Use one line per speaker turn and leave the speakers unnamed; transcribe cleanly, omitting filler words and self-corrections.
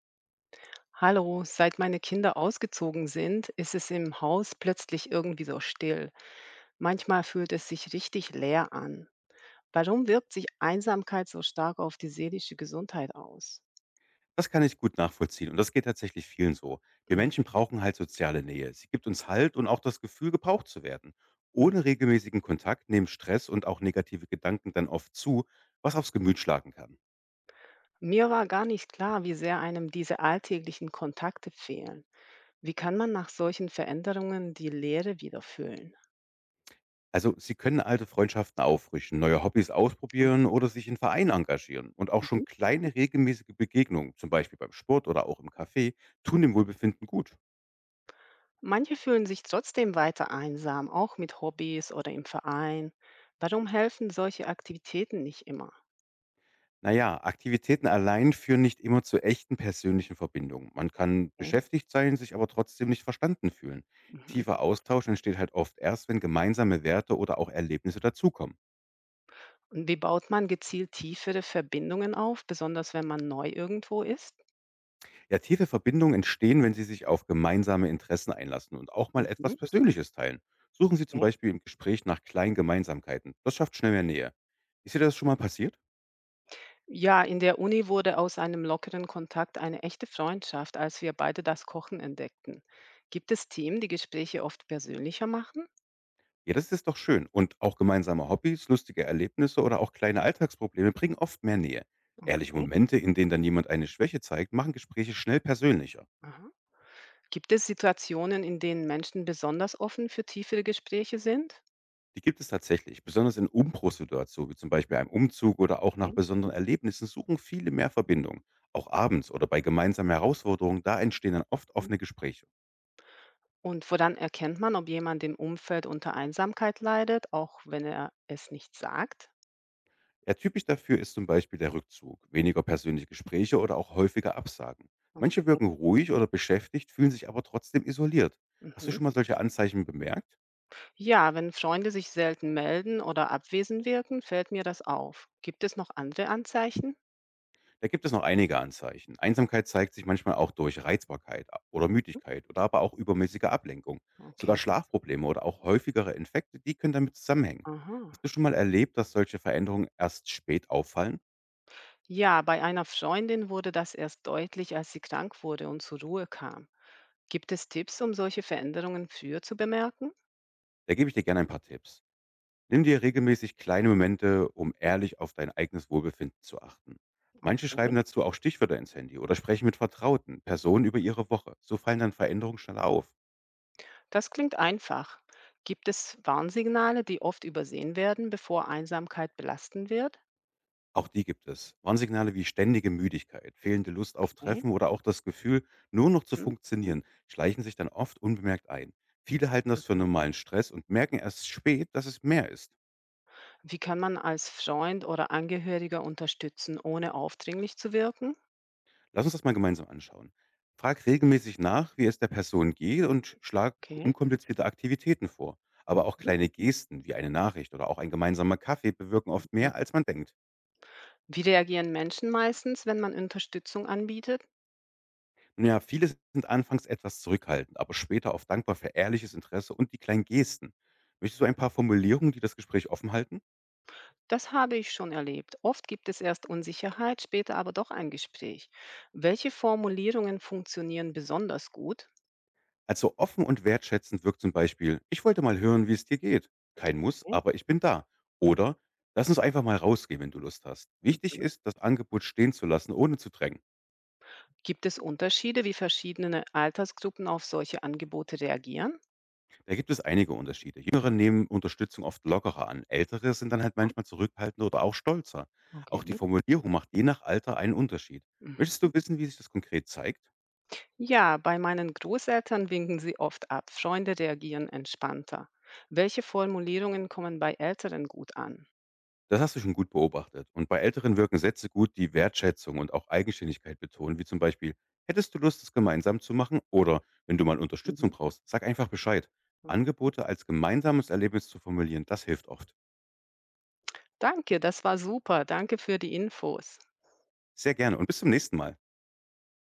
Hallo, seit meine Kinder ausgezogen sind, ist es im Haus plötzlich irgendwie so still. Manchmal fühlt es sich richtig leer an. Warum wirkt sich Einsamkeit so stark auf die seelische Gesundheit aus?
Das kann ich gut nachvollziehen und das geht tatsächlich vielen so. Wir
Mhm.
Menschen brauchen halt soziale Nähe. Sie gibt uns Halt und auch das Gefühl, gebraucht zu werden.
Mhm.
Ohne regelmäßigen Kontakt nehmen Stress und auch negative Gedanken dann oft zu, was aufs Gemüt schlagen kann.
Mir war gar nicht klar, wie sehr einem diese alltäglichen Kontakte fehlen. Wie kann man nach solchen Veränderungen die Leere wieder füllen?
Also Sie können alte Freundschaften auffrischen, neue Hobbys ausprobieren oder sich in Vereinen engagieren. Und auch schon
Mhm.
kleine regelmäßige Begegnungen, zum Beispiel beim Sport oder auch im Café, tun dem Wohlbefinden gut.
Manche fühlen sich trotzdem weiter einsam, auch mit Hobbys oder im Verein. Warum helfen solche Aktivitäten nicht immer?
Na ja, Aktivitäten allein führen nicht immer zu echten persönlichen Verbindungen. Man kann
Okay.
beschäftigt sein, sich aber trotzdem nicht verstanden fühlen.
Mhm.
Tiefer Austausch entsteht halt oft erst, wenn gemeinsame Werte oder auch Erlebnisse dazukommen.
Wie baut man gezielt tiefere Verbindungen auf, besonders wenn man neu irgendwo ist?
Ja, tiefe Verbindungen entstehen, wenn Sie sich auf gemeinsame Interessen einlassen und auch mal etwas
Mhm,
Persönliches teilen. Suchen Sie zum
okay.
Beispiel im Gespräch nach kleinen Gemeinsamkeiten. Das schafft schnell mehr Nähe. Ist dir das schon mal passiert?
Ja, in der Uni wurde aus einem lockeren Kontakt eine echte Freundschaft, als wir beide das Kochen entdeckten. Gibt es Themen, die Gespräche oft persönlicher machen?
Ja, das ist doch schön. Und auch gemeinsame Hobbys, lustige Erlebnisse oder auch kleine Alltagsprobleme bringen oft mehr Nähe. Ehrliche
Okay.
Momente, in denen dann jemand eine Schwäche zeigt, machen Gespräche schnell persönlicher.
Aha. Gibt es Situationen, in denen Menschen besonders offen für tiefere Gespräche sind?
Die gibt es tatsächlich. Besonders in Umbruchssituationen, wie zum Beispiel einem Umzug oder auch nach
Ja.
besonderen Erlebnissen, suchen viele mehr Verbindung. Auch abends oder bei gemeinsamen Herausforderungen, da entstehen dann oft
Mhm.
offene Gespräche.
Und woran erkennt man, ob jemand im Umfeld unter Einsamkeit leidet, auch wenn er es nicht sagt?
Ja, typisch dafür ist zum Beispiel der Rückzug, weniger persönliche Gespräche oder auch häufige Absagen.
Oh.
Manche wirken ruhig oder beschäftigt, fühlen sich aber trotzdem isoliert. Hast du
Mhm.
schon mal solche Anzeichen bemerkt?
Ja, wenn Freunde sich selten melden oder abwesend wirken, fällt mir das auf. Gibt es noch andere Anzeichen?
Da gibt es noch einige Anzeichen. Einsamkeit zeigt sich manchmal auch durch Reizbarkeit oder Müdigkeit oder aber auch übermäßige Ablenkung. Sogar
Okay.
Schlafprobleme oder auch häufigere Infekte, die können damit zusammenhängen.
Aha.
Hast du schon mal erlebt, dass solche Veränderungen erst spät auffallen?
Ja, bei einer Freundin wurde das erst deutlich, als sie krank wurde und zur Ruhe kam. Gibt es Tipps, um solche Veränderungen früher zu bemerken?
Da gebe ich dir gerne ein paar Tipps. Nimm dir regelmäßig kleine Momente, um ehrlich auf dein eigenes Wohlbefinden zu achten. Manche
Okay.
schreiben dazu auch Stichwörter ins Handy oder sprechen mit Vertrauten, Personen über ihre Woche. So fallen dann Veränderungen schneller auf.
Das klingt einfach. Gibt es Warnsignale, die oft übersehen werden, bevor Einsamkeit belastend wird?
Auch die gibt es. Warnsignale wie ständige Müdigkeit, fehlende Lust auf
Okay.
Treffen oder auch das Gefühl, nur noch zu
Hm?
funktionieren, schleichen sich dann oft unbemerkt ein. Viele halten das für
Aha.
normalen Stress und merken erst spät, dass es mehr ist.
Wie kann man als Freund oder Angehöriger unterstützen, ohne aufdringlich zu wirken?
Lass uns das mal gemeinsam anschauen. Frag regelmäßig nach, wie es der Person geht und schlag
Okay.
unkomplizierte Aktivitäten vor. Aber auch
Mhm,
kleine Gesten wie eine Nachricht oder auch ein gemeinsamer Kaffee bewirken oft
mhm.
mehr, als man denkt.
Wie reagieren Menschen meistens, wenn man Unterstützung anbietet?
Nun ja, viele sind anfangs etwas zurückhaltend, aber später oft dankbar für ehrliches Interesse und die kleinen Gesten. Möchtest du ein paar Formulierungen, die das Gespräch offen halten?
Das habe ich schon erlebt. Oft gibt es erst Unsicherheit, später aber doch ein Gespräch. Welche Formulierungen funktionieren besonders gut?
Also offen und wertschätzend wirkt zum Beispiel, ich wollte mal hören, wie es dir geht. Kein Muss,
Okay.
aber ich bin da.
Mhm.
Oder lass uns einfach mal rausgehen, wenn du Lust hast. Wichtig ist, das Angebot stehen zu lassen, ohne zu drängen.
Gibt es Unterschiede, wie verschiedene Altersgruppen auf solche Angebote reagieren?
Da gibt es einige Unterschiede. Jüngere nehmen Unterstützung oft lockerer an, ältere sind dann halt manchmal zurückhaltender oder auch stolzer. Auch die
Okay.
Formulierung macht je nach Alter einen Unterschied. Möchtest du
Mhm.
wissen, wie sich das konkret zeigt?
Ja, bei meinen Großeltern winken sie oft ab. Freunde reagieren entspannter. Welche Formulierungen kommen bei Älteren gut an?
Das hast du schon gut beobachtet. Und bei Älteren wirken Sätze gut, die Wertschätzung und auch Eigenständigkeit betonen, wie zum Beispiel, hättest du Lust, es gemeinsam zu machen? Oder wenn du mal Unterstützung
Mhm.
brauchst, sag einfach Bescheid. Angebote als gemeinsames Erlebnis zu formulieren, das hilft oft.
Danke, das war super. Danke für die Infos.
Sehr gerne und bis zum nächsten Mal.